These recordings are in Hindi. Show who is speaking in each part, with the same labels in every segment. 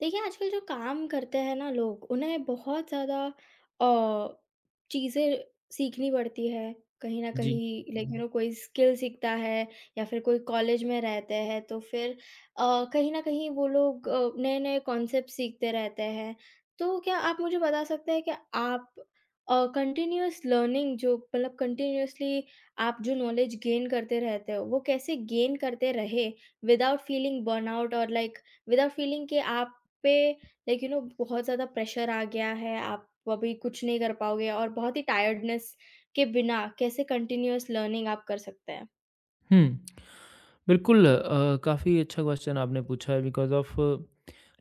Speaker 1: देखिए, आजकल जो काम करते हैं ना लोग, उन्हें बहुत ज़्यादा अ, चीज़ें सीखनी पड़ती है। कहीं न
Speaker 2: जी,
Speaker 1: कहीं लाइक यू हुँ। नो कोई स्किल सीखता है या फिर कोई कॉलेज में रहते हैं तो फिर कहीं न कहीं वो लोग नए-नए कॉन्सेप्ट सीखते रहते हैं। तो क्या आप मुझे बता सकते हैं कि आप कंटीन्यूअस लर्निंग जो मतलब कंटीन्यूअसली आप जो नॉलेज गेन करते रहते हो, वो कैसे गेन करते रहे विदाउट फीलिंग बर्नआउट और लाइक विदाउट फीलिंग कि आप पे लाइक यू नो बहुत ज़्यादा प्रेशर आ गया है, आप अभी कुछ नहीं कर पाओगे और बहुत ही टायर्डनेस के बिना कैसे कंटिन्यूअस लर्निंग आप कर सकते हैं?
Speaker 2: हुँ। बिल्कुल, काफ़ी अच्छा क्वेश्चन आपने पूछा है। बिकॉज़ ऑफ़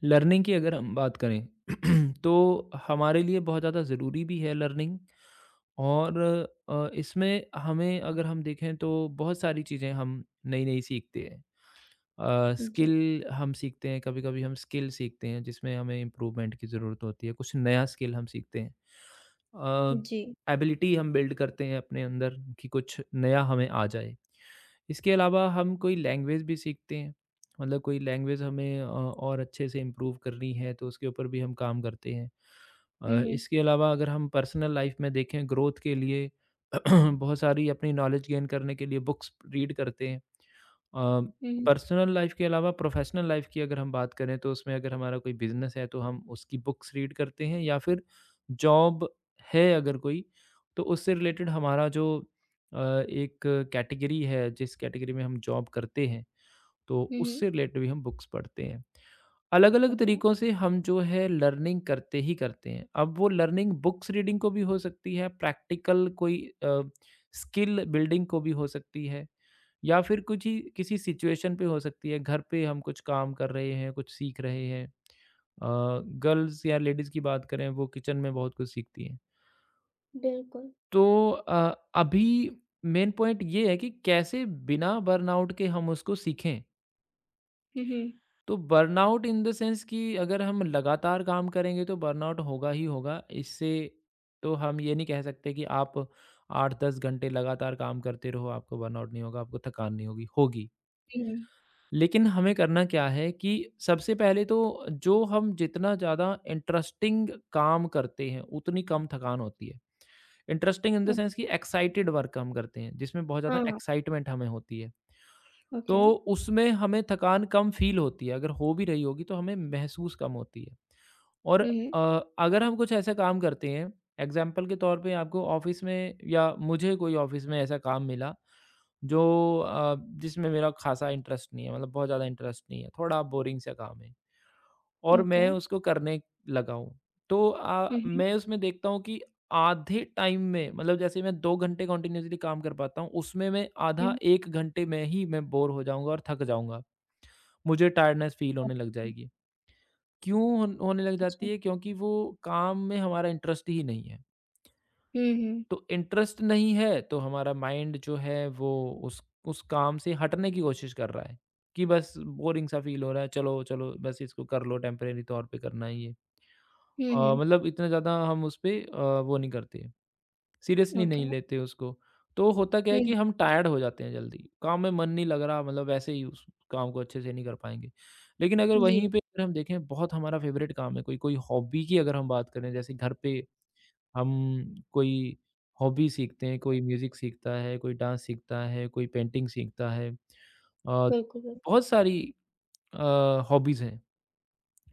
Speaker 2: लर्निंग की अगर हम बात करें, तो हमारे लिए बहुत ज़्यादा ज़रूरी भी है लर्निंग। और इसमें हमें अगर हम देखें तो बहुत सारी चीज़ें हम नई-नई सीखते हैं। स्किल
Speaker 1: जी,
Speaker 2: हम सीखते हैं, कभी कभी हम स्किल सीखते हैं जिसमें हमें इम्प्रूवमेंट की ज़रूरत होती है, कुछ नया स्किल हम सीखते हैं।
Speaker 1: जी।
Speaker 2: एबिलिटी हम बिल्ड करते हैं अपने अंदर कि कुछ नया हमें आ जाए। इसके अलावा हम कोई लैंग्वेज भी सीखते हैं। मतलब कोई लैंग्वेज हमें और अच्छे से इम्प्रूव करनी है तो उसके ऊपर भी हम काम करते हैं।
Speaker 1: हुँ, हुँ।
Speaker 2: इसके अलावा अगर हम पर्सनल लाइफ में देखें ग्रोथ के लिए बहुत सारी अपनी नॉलेज गेन करने के लिए बुक्स रीड करते हैं। अ,
Speaker 1: हुँ, हुँ।
Speaker 2: पर्सनल लाइफ के अलावा प्रोफेशनल लाइफ की अगर हम बात करें तो उसमें अगर हमारा कोई बिजनेस है तो हम उसकी बुक्स रीड करते हैं, या फिर जॉब है अगर कोई तो उससे रिलेटेड हमारा जो अ, एक कैटेगरी है जिस कैटेगरी में हम जॉब करते हैं, तो
Speaker 1: हुँ, हुँ।
Speaker 2: उससे रिलेटेड भी हम बुक्स पढ़ते हैं। अलग-अलग
Speaker 1: ओके,
Speaker 2: तरीकों से हम जो है लर्निंग करते ही करते हैं। अब वो लर्निंग बुक्स रीडिंग को भी हो सकती है, प्रैक्टिकल कोई अ, स्किल बिल्डिंग को भी हो सकती है, या फिर कुछ ही किसी सिचुएशन पे हो सकती है। घर पे हम कुछ काम कर रहे हैं, कुछ सीख रहे हैं। गर्ल्स या लेडीज़ की बात करें वो किचन में बहुत कुछ सीखती हैं।
Speaker 1: बिल्कुल।
Speaker 2: तो अभी मेन पॉइंट ये है कि कैसे बिना बर्नआउट के हम उसको सीखें।
Speaker 1: हुँ, हुँ।
Speaker 2: तो बर्नआउट इन द सेंस कि अगर हम लगातार काम करेंगे तो बर्नआउट होगा ही होगा। इससे तो हम ये नहीं कह सकते कि आप 8-10 घंटे लगातार काम करते रहो, आपको बर्नआउट नहीं होगा, आपको थकान नहीं होगी, होगी।
Speaker 1: हुँ, हुँ।
Speaker 2: लेकिन हमें करना क्या है कि सबसे पहले तो जो हम जितना ज़्यादा इंटरेस्टिंग काम करते हैं, उतनी कम थकान होती है। Interesting in the
Speaker 1: uh,
Speaker 2: sense कि एक्साइटेड वर्क हम करते हैं, जिसमें बहुत ज़्यादा
Speaker 1: हाँ,
Speaker 2: एक्साइटमेंट हमें होती है। तो
Speaker 1: ओके।
Speaker 2: उसमें हमें थकान कम फ़ील होती है, अगर हो भी रही होगी तो हमें महसूस कम होती है। और
Speaker 1: हुँ, हुँ।
Speaker 2: अगर हम कुछ ऐसा काम करते हैं, एग्ज़ाम्पल के तौर पे आपको ऑफ़िस में या मुझे कोई ऑफ़िस में ऐसा काम मिला जो अ, जिसमें मेरा ख़ासा इंटरेस्ट नहीं है, मतलब बहुत ज़्यादा इंटरेस्ट नहीं है, थोड़ा बोरिंग सा काम है और
Speaker 1: ओके।
Speaker 2: मैं उसको करने लगा हूँ। तो
Speaker 1: हुँ, हुँ।
Speaker 2: मैं उसमें देखता हूँ कि आधे टाइम में, मतलब जैसे मैं 2 घंटे कंटिन्यूअसली काम कर पाता हूँ, उसमें मैं आधा
Speaker 1: हुँ।
Speaker 2: 1 घंटे में ही मैं बोर हो जाऊँगा और थक जाऊँगा। मुझे टायर्डनेस फ़ील
Speaker 1: ओह!
Speaker 2: होने लग जाएगी। क्यों होने लग
Speaker 1: अच्छा।
Speaker 2: जाती है? क्योंकि वो काम में हमारा इंटरेस्ट ही नहीं है।
Speaker 1: हुँ, हुँ।
Speaker 2: तो इंटरेस्ट नहीं है, तो हमारा माइंड जो है वो उस उस काम से हटने की कोशिश कर रहा है, कि बस बोरिंग सा फ़ील हो रहा है, चलो, चलो बस इसको कर लो, टेम्परेरी तौर पे करना ही है ये।
Speaker 1: हुँ, हुँ।
Speaker 2: मतलब इतना ज़्यादा हम उस पे वो नहीं करते। Seriously
Speaker 1: okay.
Speaker 2: नहीं लेते उसको। तो होता क्या
Speaker 1: हुँ,
Speaker 2: है
Speaker 1: हुँ।
Speaker 2: कि हम टायर्ड हो जाते हैं जल्दी, काम में मन नहीं लग रहा, मतलब वैसे ही उस काम को अच्छे से नहीं कर पाएँगे। लेकिन अगर
Speaker 1: जी,
Speaker 2: वहीं पे अगर हम देखें बहुत हमारा फ़ेवरेट काम है, कोई कोई हॉबी की अगर हम बात करें जैसे घर पे हम कोई हॉबी सीखते हैं, कोई म्यूज़िक सीखता है, कोई डांस सीखता है, कोई पेंटिंग सीखता है। अ, बहुत
Speaker 1: बिल्कुल, बिल्कुल।
Speaker 2: सारी अ, हॉबीज़ हैं।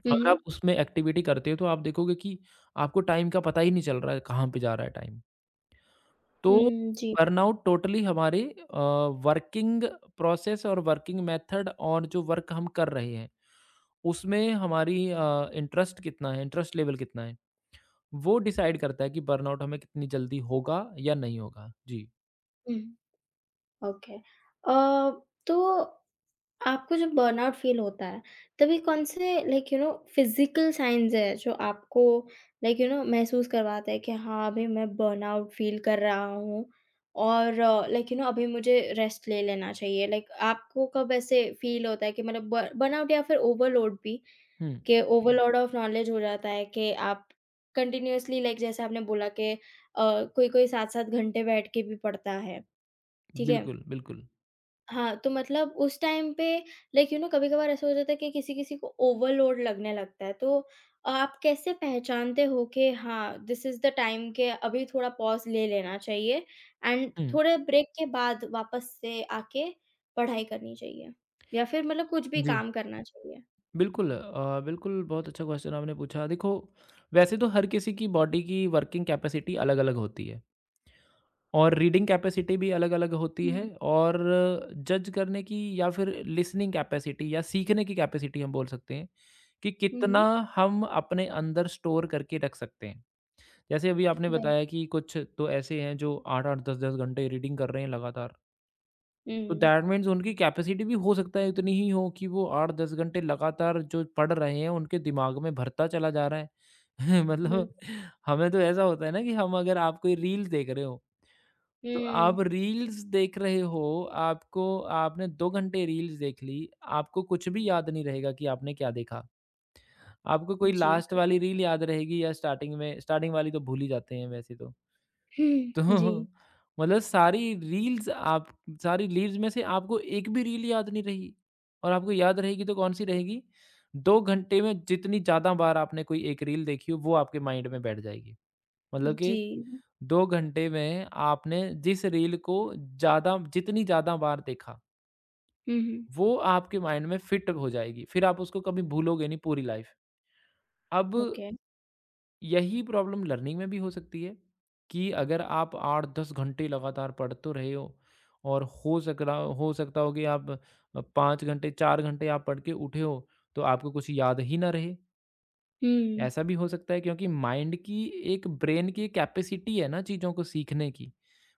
Speaker 1: हुँ,
Speaker 2: अगर आप
Speaker 1: हुँ।
Speaker 2: उसमें एक्टिविटी करते हो तो आप देखोगे कि आपको टाइम का पता ही नहीं चल रहा है, कहाँ पे जा रहा है टाइम। तो
Speaker 1: हुँ, जी।
Speaker 2: बर्नआउट टोटली हमारे अ, वर्किंग प्रोसेस और वर्किंग मेथड और जो वर्क हम कर रहे हैं, उसमें हमारी इंटरेस्ट कितना है, इंटरेस्ट लेवल कितना है, वो डिसाइड करता है कि बर्नआउट हमें कितनी जल्दी होगा या नहीं होगा। जी।
Speaker 1: हुँ, ओके। अ, तो आपको जब बर्नआउट फ़ील होता है, तभी कौन से like you know physical science हैं जो आपको लाइक यू नो महसूस करवाता है कि हाँ, अभी मैं बर्नआउट फ़ील कर रहा हूँ और लाइक यू नो अभी मुझे रेस्ट ले लेना चाहिए? लाइक आपको कब ऐसे फ़ील होता है कि मतलब ब बर्नआउट या फिर ओवरलोड भी
Speaker 2: हुँ,
Speaker 1: कि ओवरलोड ऑफ नॉलेज हो जाता है कि आप कंटिन्यूअसली लाइक जैसे आपने बोला कि कोई-कोई 7-7 घंटे बैठ के भी पढ़ता है, ठीक है?
Speaker 2: बिल्कुल, बिल्कुल।
Speaker 1: हाँ, तो मतलब उस टाइम पे लाइक यू नो कभी-कभार ऐसा हो जाता है कि किसी-किसी को ओवरलोड लगने लगता है, तो आप कैसे पहचानते हो कि हाँ, दिस इज़ द टाइम के अभी थोड़ा पॉज़ ले लेना चाहिए एंड
Speaker 2: हुँ,
Speaker 1: थोड़े ब्रेक के बाद वापस से आके पढ़ाई करनी चाहिए? या फिर मतलब कुछ भी
Speaker 2: जी,
Speaker 1: काम करना चाहिए?
Speaker 2: बिल्कुल, बिल्कुल बहुत अच्छा क्वेश्चन आपने पूछा। देखो, वैसे तो हर किसी की बॉडी की वर्किंग कैपेसिटी अलग-अलग होती है। और रीडिंग कैपेसिटी भी अलग-अलग होती है,
Speaker 1: हुँ।
Speaker 2: और जज करने की या फिर लिसनिंग कैपेसिटी या सीखने की कैपेसिटी हम बोल सकते हैं, कि
Speaker 1: हुँ,
Speaker 2: कितना
Speaker 1: हुँ,
Speaker 2: हम अपने अंदर स्टोर करके रख सकते हैं। जैसे अभी आपने
Speaker 1: बिल
Speaker 2: बताया कि कुछ तो ऐसे हैं जो 8-8, 10-10 घंटे रीडिंग कर रहे हैं लगातार, तो
Speaker 1: हुँ,
Speaker 2: दैट मीन्स उनकी कैपेसिटी भी हो सकता है इतनी ही हो कि वो 8-10 घंटे लगातार जो पढ़ रहे हैं, उनके दिमाग में भरता चला जा रहा है। मतलब
Speaker 1: बिल्कुल।
Speaker 2: हमें तो ऐसा होता है ना कि हम अगर आप कोई रील देख रहे हो, तो
Speaker 1: हुँ,
Speaker 2: आप रील्स देख रहे हो, आपको आपने 2 घंटे रील्स देख ली, आपको कुछ भी याद नहीं रहेगा कि आपने क्या देखा। आपको कोई
Speaker 1: जी,
Speaker 2: लास्ट
Speaker 1: बिल
Speaker 2: वाली रील याद रहेगी या स्टार्टिंग में स्टार्टिंग वाली तो भूल ही जाते हैं वैसे तो। तो
Speaker 1: जी,
Speaker 2: मतलब सारी रील्स में से आपको एक भी रील याद नहीं रही, और आपको याद रहेगी तो कौन-सी रहेगी? 2 घंटे में जितनी ज़्यादा बार आपने कोई एक रील देखी हो, वो आपके माइंड में बैठ जाएगी। मतलब
Speaker 1: जी।
Speaker 2: कि 2 घंटे में आपने जिस रील को ज़्यादा जितनी ज़्यादा बार देखा,
Speaker 1: हुँ, हुँ,
Speaker 2: वो आपके माइंड में फिट हो जाएगी। फिर आप उसको कभी भूलोगे नहीं पूरी लाइफ़। अब
Speaker 1: ओके।
Speaker 2: यही प्रॉब्लम लर्निंग में भी हो सकती है कि अगर आप 8-10 घंटे लगातार पढ़ तो रहे हो, और हो सक रहा हो सकता हो कि आप 5 घंटे, 4 घंटे आप पढ़ के उठे हो, तो आपको कुछ याद ही ना रहे।
Speaker 1: हुँ,
Speaker 2: ऐसा भी हो सकता है क्योंकि माइंड की एक ब्रेन की कैपेसिटी है ना चीज़ों को सीखने की,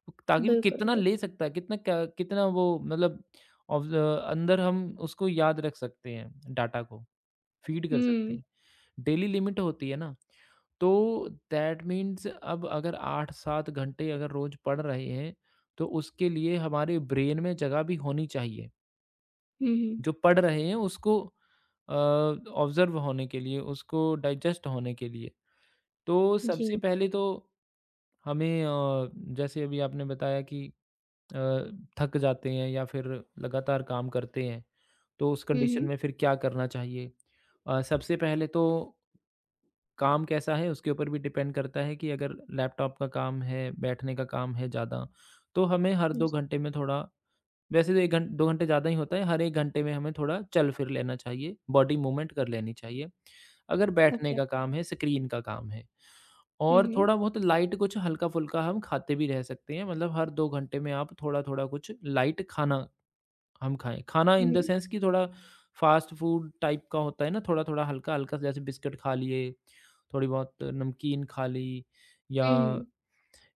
Speaker 2: ताकि वो
Speaker 1: बिल्कुल,
Speaker 2: कितना
Speaker 1: बिल
Speaker 2: ले सकता है, कितना वो मतलब ऑब्ज़ अंदर हम उसको याद रख सकते हैं डाटा को, फीड कर सकते
Speaker 1: हुँ,
Speaker 2: हैं। डेली लिमिट होती है ना, तो दैट मीन्स अब अगर 8-7 घंटे अगर रोज़ पढ़ रहे हैं, तो उसके लिए हमारे ब्रेन में जगह भी होनी चाहिए।
Speaker 1: हुँ, हुँ।
Speaker 2: जो पढ़ रहे हैं उसको ऑब्ज़र्व होने के लिए, उसको डाइजेस्ट होने के लिए। तो
Speaker 1: जी।
Speaker 2: सबसे पहले तो हमें जैसे अभी आपने बताया कि अ, थक जाते हैं या फिर लगातार काम करते हैं, तो उस
Speaker 1: हुँ,
Speaker 2: कंडीशन
Speaker 1: हुँ।
Speaker 2: में फिर क्या करना चाहिए? सबसे पहले तो काम कैसा है उसके ऊपर भी डिपेंड करता है कि अगर लैपटॉप का काम है, बैठने का काम है ज़्यादा, तो हमें हर
Speaker 1: जी,
Speaker 2: 2 घंटे में थोड़ा, वैसे तो 1 घं 2 घंटे ज़्यादा ही होता है, हर 1 घंटे में हमें थोड़ा चल फिर लेना चाहिए, बॉडी मूवमेंट कर लेनी चाहिए। अगर बैठने
Speaker 1: ओके।
Speaker 2: का काम है, स्क्रीन का काम है,
Speaker 1: हुँ,
Speaker 2: और
Speaker 1: हुँ।
Speaker 2: थोड़ा बहुत लाइट कुछ हल्का-फुल्का हम खाते भी रह सकते हैं, मतलब हर 2 घंटे में आप थोड़ा-थोड़ा कुछ लाइट खाना हम खाएँ। खाना
Speaker 1: हुँ,
Speaker 2: इन द
Speaker 1: हुँ।
Speaker 2: सेंस कि थोड़ा फ़ास्ट फूड टाइप का होता है ना, थोड़ा-थोड़ा हल्का-हल्का जैसे बिस्किट खा लिए, थोड़ी बहुत नमकीन खा ली, या
Speaker 1: हुँ, हुँ।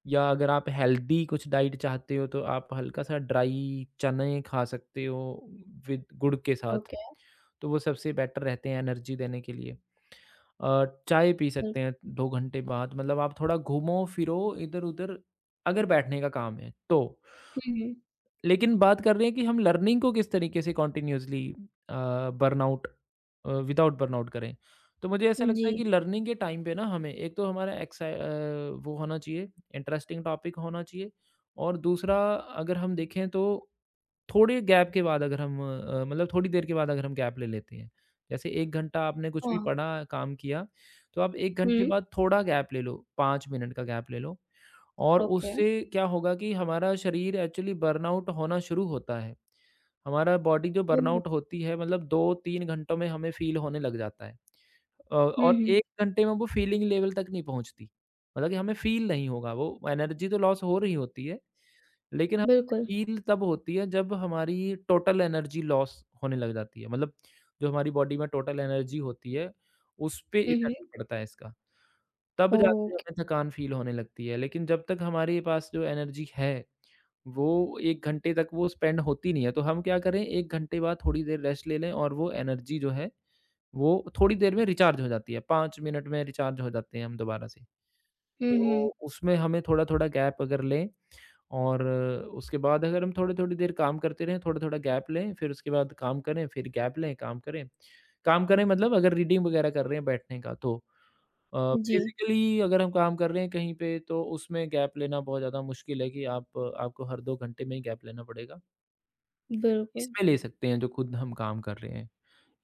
Speaker 2: अगर आप हेल्दी कुछ डाइट चाहते हो तो आप हल्का-सा ड्राई चने खा सकते हो विद गुड़ के साथ।
Speaker 1: ओके,
Speaker 2: तो वो सबसे बेटर रहते हैं एनर्जी देने के लिए। चाय पी
Speaker 1: बिल्क
Speaker 2: सकते हैं 2 घंटे बाद, मतलब आप थोड़ा घूमो फिरो इधर-उधर, अगर बैठने का काम है तो।
Speaker 1: हुँ, हुँ।
Speaker 2: लेकिन बात कर रहे हैं कि हम लर्निंग को किस तरीके से continuously uh, burnout without burnout करें। तो मुझे ऐसा
Speaker 1: जी।
Speaker 2: लगता है कि लर्निंग के टाइम पे ना हमें एक तो हमारा वो होना चाहिए, इंटरेस्टिंग टॉपिक होना चाहिए। और दूसरा अगर हम देखें तो थोड़े गैप के बाद अगर हम मतलब थोड़ी देर के बाद अगर हम गैप ले लेते हैं, जैसे 1 घंटा आपने कुछ भी
Speaker 1: हाँ।
Speaker 2: पढ़ा, काम किया, तो आप 1 घंटे
Speaker 1: हुँ।
Speaker 2: बाद थोड़ा गैप ले लो, 5 मिनट का गैप ले लो। और
Speaker 1: ओके।
Speaker 2: उससे क्या होगा कि हमारा शरीर एक्चुअली बर्नआउट होना शुरू होता है। हमारा बॉडी जो
Speaker 1: हुँ, हुँ।
Speaker 2: बर्नआउट होती है, मतलब 2-3 घंटों में हमें फ़ील होने लग जाता है,
Speaker 1: हुँ,
Speaker 2: और
Speaker 1: हुँ।
Speaker 2: 1 घंटे में वो फ़ीलिंग लेवल तक नहीं पहुँचती। मतलब कि हमें फ़ील नहीं होगा, वो एनर्जी तो लॉस हो रही होती है, लेकिन हम
Speaker 1: बिल्कुल।
Speaker 2: फील तब होती है जब हमारी टोटल एनर्जी लॉस होने लग जाती है, मतलब जो हमारी बॉडी में टोटल एनर्जी होती है उस पे
Speaker 1: हुँ, हुँ।
Speaker 2: इफेक्ट पड़ता है इसका। तब जाके
Speaker 1: ओके।
Speaker 2: हमें थकान फील होने लगती है, लेकिन जब तक हमारे पास जो एनर्जी है वो 1 घंटे तक वो स्पेंड होती नहीं है, तो हम क्या करें, 1 घंटे बाद थोड़ी देर रेस्ट ले लें और वो एनर्जी जो है वो थोड़ी देर में रिचार्ज हो जाती है, 5 मिनट में रिचार्ज हो जाते हैं हम दोबारा से।
Speaker 1: हुँ,
Speaker 2: तो
Speaker 1: हुँ।
Speaker 2: उसमें हमें थोड़ा-थोड़ा गैप अगर लें, और उसके बाद अगर हम थोड़ी-थोड़ी देर काम करते रहें, थोड़ा-थोड़ा गैप लें, फिर उसके बाद काम करें, फिर गैप लें, काम करें। काम करें मतलब अगर रीडिंग वगैरह कर रहे हैं बैठने का तो अ,
Speaker 1: जी,
Speaker 2: बेसिकली अगर हम काम कर रहे हैं कहीं पे तो उसमें गैप लेना बहुत ज़्यादा मुश्किल है कि आप आपको हर 2 घंटे में ही गैप लेना पड़ेगा।
Speaker 1: बिल्कुल।
Speaker 2: इसमें ले सकते हैं जो खुद हम काम कर रहे हैं।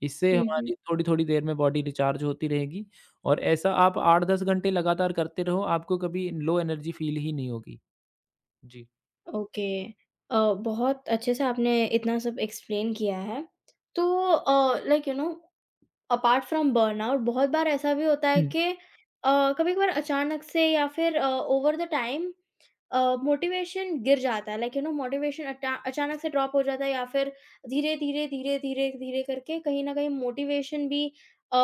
Speaker 2: इससे
Speaker 1: हुँ, हुँ।
Speaker 2: हमारी थोड़ी-थोड़ी देर में बॉडी रिचार्ज होती रहेगी और ऐसा आप 8-10 घंटे लगातार करते रहो, आपको कभी लो एनर्जी फ़ील ही नहीं होगी। जी।
Speaker 1: ओके। बहुत अच्छे से आपने इतना सब एक्सप्लेन किया है। तो like you know apart from burnout बहुत बार ऐसा भी होता है
Speaker 2: हुँ।
Speaker 1: कि कभी-कभार अचानक से या फिर ओवर द टाइम मोटिवेशन गिर जाता है लाइक यू नो मोटिवेशन अटा अचानक से ड्रॉप हो जाता है या फिर धीरे धीरे धीरे धीरे धीरे करके कहीं ना कहीं मोटिवेशन भी अ,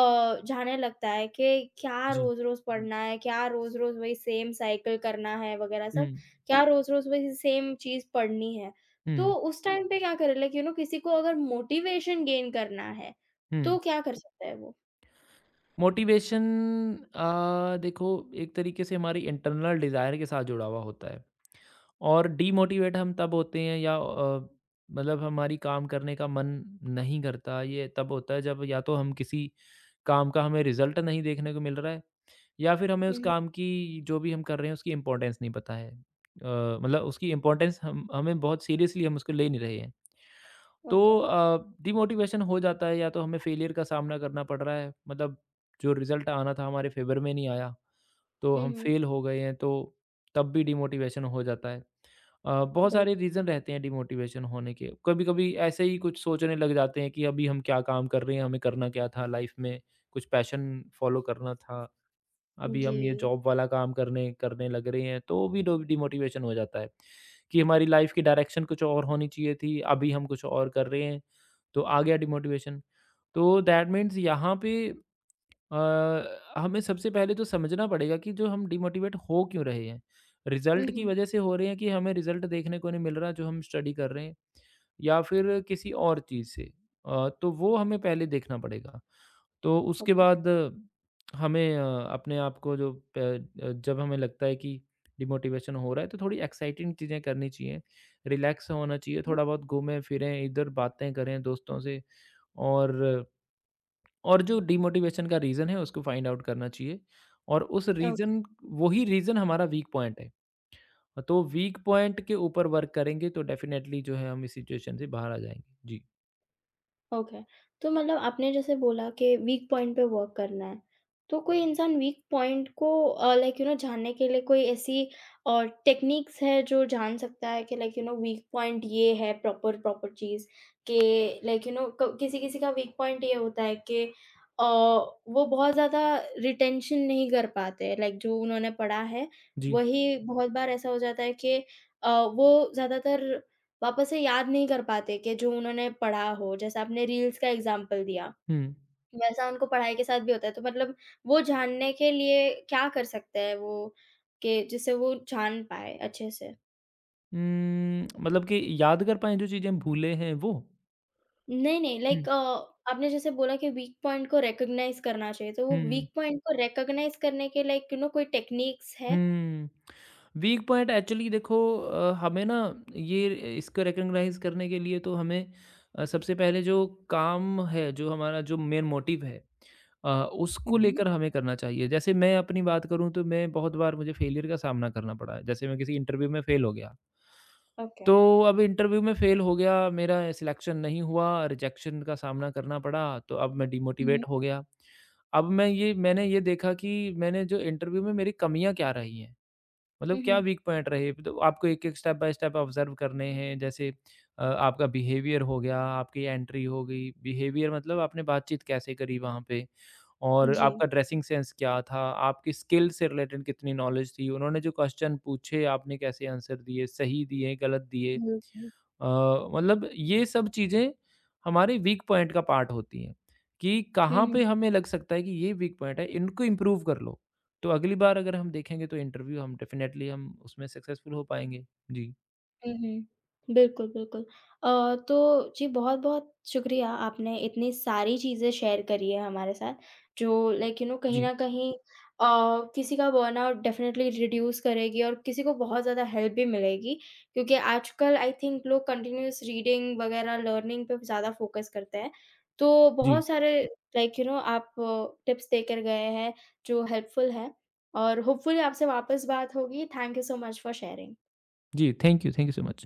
Speaker 1: जाने लगता है कि क्या
Speaker 2: जी।
Speaker 1: रोज रोज पढ़ना है क्या रोज रोज वही सेम साइकिल करना है वगैरह
Speaker 2: हुँ।
Speaker 1: सब क्या रोज रोज वही सेम चीज पढ़नी है। तो
Speaker 2: हुँ।
Speaker 1: उस टाइम पे क्या करे लाइक यू नो किसी को अगर मोटिवेशन गेन करना है
Speaker 2: हुँ।
Speaker 1: तो क्या कर सकता है वो?
Speaker 2: मोटिवेशन देखो एक तरीके से हमारी इंटरनल डिज़ायर के साथ जुड़ा हुआ होता है और डीमोटिवेट हम तब होते हैं या मतलब हमारी काम करने का मन नहीं करता, ये तब होता है जब या तो हम किसी काम का हमें रिज़ल्ट नहीं देखने को मिल रहा है या फिर हमें उस
Speaker 1: हम्म।
Speaker 2: काम की जो भी हम कर रहे हैं उसकी इम्पोर्टेंस नहीं पता है। मतलब उसकी इम्पोर्टेंस हम हमें बहुत सीरियसली हम उसको ले नहीं रहे हैं। तो
Speaker 1: ओके।
Speaker 2: डिमोटिवेशन हो जाता है या तो हमें फेलियर का सामना करना पड़ रहा है मतलब जो रिज़ल्ट आना था हमारे फ़ेवर में नहीं आया, तो हम
Speaker 1: हम्म।
Speaker 2: फ़ेल हो गए हैं तो तब भी डिमोटिवेशन हो जाता है। बहुत
Speaker 1: बिल्कुल।
Speaker 2: सारे रीज़न रहते हैं डिमोटिवेशन होने के, कभी-कभी ऐसे ही कुछ सोचने लग जाते हैं कि अभी हम क्या काम कर रहे हैं, हमें करना क्या था लाइफ़ में, कुछ पैशन फ़ॉलो करना था, अभी
Speaker 1: जी।
Speaker 2: हम ये जॉब वाला काम करने करने लग रहे हैं, तो भी डो डिमोटिवेशन हो जाता है कि हमारी लाइफ़ की डायरेक्शन कुछ और होनी चाहिए थी, अभी हम कुछ और कर रहे हैं। तो आ गया डिमोटिवेशन। तो दैट मीन्स यहाँ पे अ, हमें सबसे पहले तो समझना पड़ेगा कि जो हम डिमोटिवेट हो क्यों रहे हैं। रिज़ल्ट की
Speaker 1: हम्म।
Speaker 2: वज़ह से हो रहे हैं कि हमें रिज़ल्ट देखने को नहीं मिल रहा जो हम स्टडी कर रहे हैं या फिर किसी और चीज़ से। तो वो हमें पहले देखना पड़ेगा। तो उसके बाद हमें अपने आप को जो प अ, जब हमें लगता है कि डिमोटिवेशन हो रहा है तो थोड़ी एक्साइटिंग चीज़ें करनी चाहिए, रिलैक्स होना चाहिए, थोड़ा बहुत घूमें-फिरें, इधर बातें करें दोस्तों से। और और जो डीमोटिवेशन का रीज़न है उसको फाइंड आउट करना चाहिए और उस
Speaker 1: ओके।
Speaker 2: रीज़न वही रीज़न हमारा वीक पॉइंट है। तो वीक पॉइंट के ऊपर वर्क करेंगे तो डेफ़िनेटली जो है हम इस सिचुएशन से बाहर आ जाएँगे। जी।
Speaker 1: ओके। तो मतलब आपने जैसे बोला कि वीक पॉइंट पे वर्क करना है, तो कोई इंसान वीक पॉइंट को लाइक यू नो जानने के लिए कोई ऐसी टेक्निक्स है जो जान सकता है कि like you know weak point ये है प्रॉपर प्रॉपर चीज़ कि लाइक यू नो क किसी-किसी का वीक पॉइंट ये होता है कि अ, वो बहुत ज़्यादा रिटेंशन नहीं कर पाते हैं लाइक जो उन्होंने पढ़ा है,
Speaker 2: जी।
Speaker 1: वही बहुत बार ऐसा हो जाता है कि वो ज़्यादातर वापस से याद नहीं कर पाते कि जो उन्होंने पढ़ा हो, जैसे आपने रील्स का एग्ज़ाम्पल दिया,
Speaker 2: हुँ।
Speaker 1: वैसा उनको पढ़ाई के साथ भी होता है। तो मतलब वो जानने के लिए क्या कर सकते हैं वो, कि जिससे वो जान पाएँ अच्छे से?
Speaker 2: मतलब कि याद कर पाएँ जो चीज़ें हम भूले हैं वो?
Speaker 1: नहीं, नहीं लाइक
Speaker 2: हुँ।
Speaker 1: आपने जैसे बोला कि वीक पॉइंट को रिकॉग्नाइज़ करना चाहिए, तो वो
Speaker 2: हुँ।
Speaker 1: वीक पॉइंट को रिकॉग्नाइज़ करने के लाइक यू नो कोई टेक्निक्स है?
Speaker 2: हुँ। वीक पॉइंट एक्चुअली देखो हमें ना ये इसको रिकॉग्नाइज़ करने के लिए तो हमें सबसे पहले जो काम है, जो हमारा जो मेन मोटिव है
Speaker 1: हुँ,
Speaker 2: उसको
Speaker 1: हुँ।
Speaker 2: लेकर हमें करना चाहिए। जैसे मैं अपनी बात करूँ तो मैं बहुत बार मुझे फेलियर का सामना करना पड़ा है। जैसे मैं किसी इंटरव्यू में फेल हो गया।
Speaker 1: ओके।
Speaker 2: तो अब इंटरव्यू में फ़ेल हो गया, मेरा सिलेक्शन नहीं हुआ, रिजेक्शन का सामना करना पड़ा, तो अब मैं
Speaker 1: हुँ,
Speaker 2: डिमोटिवेट हो गया। अब मैंने ये देखा कि मैंने जो इंटरव्यू में मेरी कमियाँ क्या रही हैं। मतलब क्या
Speaker 1: हुँ।
Speaker 2: वीक पॉइंट रहे? तो आपको एक-एक स्टेप बाय स्टेप ऑब्ज़र्व करने हैं। जैसे आपका बिहेवियर हो गया, आपकी एंट्री हो गई। बिहेवियर मतलब आपने बातचीत कैसे करी वहाँ पे और
Speaker 1: जी।
Speaker 2: आपका ड्रेसिंग सेंस क्या था? आपकी स्किल से रिलेटेड कितनी नॉलेज थी? उन्होंने जो क्वेश्चन पूछे, आपने कैसे आंसर दिए? सही दिए, गलत दिए?
Speaker 1: बिल्कुल।
Speaker 2: मतलब ये सब चीज़ें हमारे वीक पॉइंट का पार्ट होती हैं कि
Speaker 1: हुँ,
Speaker 2: कहाँ
Speaker 1: हुँ।
Speaker 2: पे हमें लग सकता है कि ये वीक पॉइंट है, इनको इम्प्रूव कर लो। तो अगली बार अगर हम देखेंगे तो इंटरव्यू हम डेफ़िनेटली हम उसमें सक्सेसफुल हो पाएँगे। जी,
Speaker 1: हुँ, हुँ। बिल्कुल, बिल्कुल। तो जी बहुत-बहुत शुक्रिया आपने इतनी सारी चीज़ें शेयर करी है हमारे साथ, जो लाइक यू नो कहीं
Speaker 2: जी,
Speaker 1: न कहीं अ, किसी का बर्नआउट डेफ़िनेटली रिड्यूस करेगी और किसी को बहुत ज़्यादा हेल्प भी मिलेगी, क्योंकि आजकल आई थिंक लोग कंटीन्यूअस रीडिंग वग़ैरह लर्निंग पे ज़्यादा फ़ोकस करते हैं। तो
Speaker 2: जी,
Speaker 1: बहुत सारे लाइक यू नो आप टिप्स देकर गए हैं, जो हेल्पफुल हैं और होपफुली आपसे वापस बात होगी। Thank you so much for sharing.
Speaker 2: जी। Thank you so much.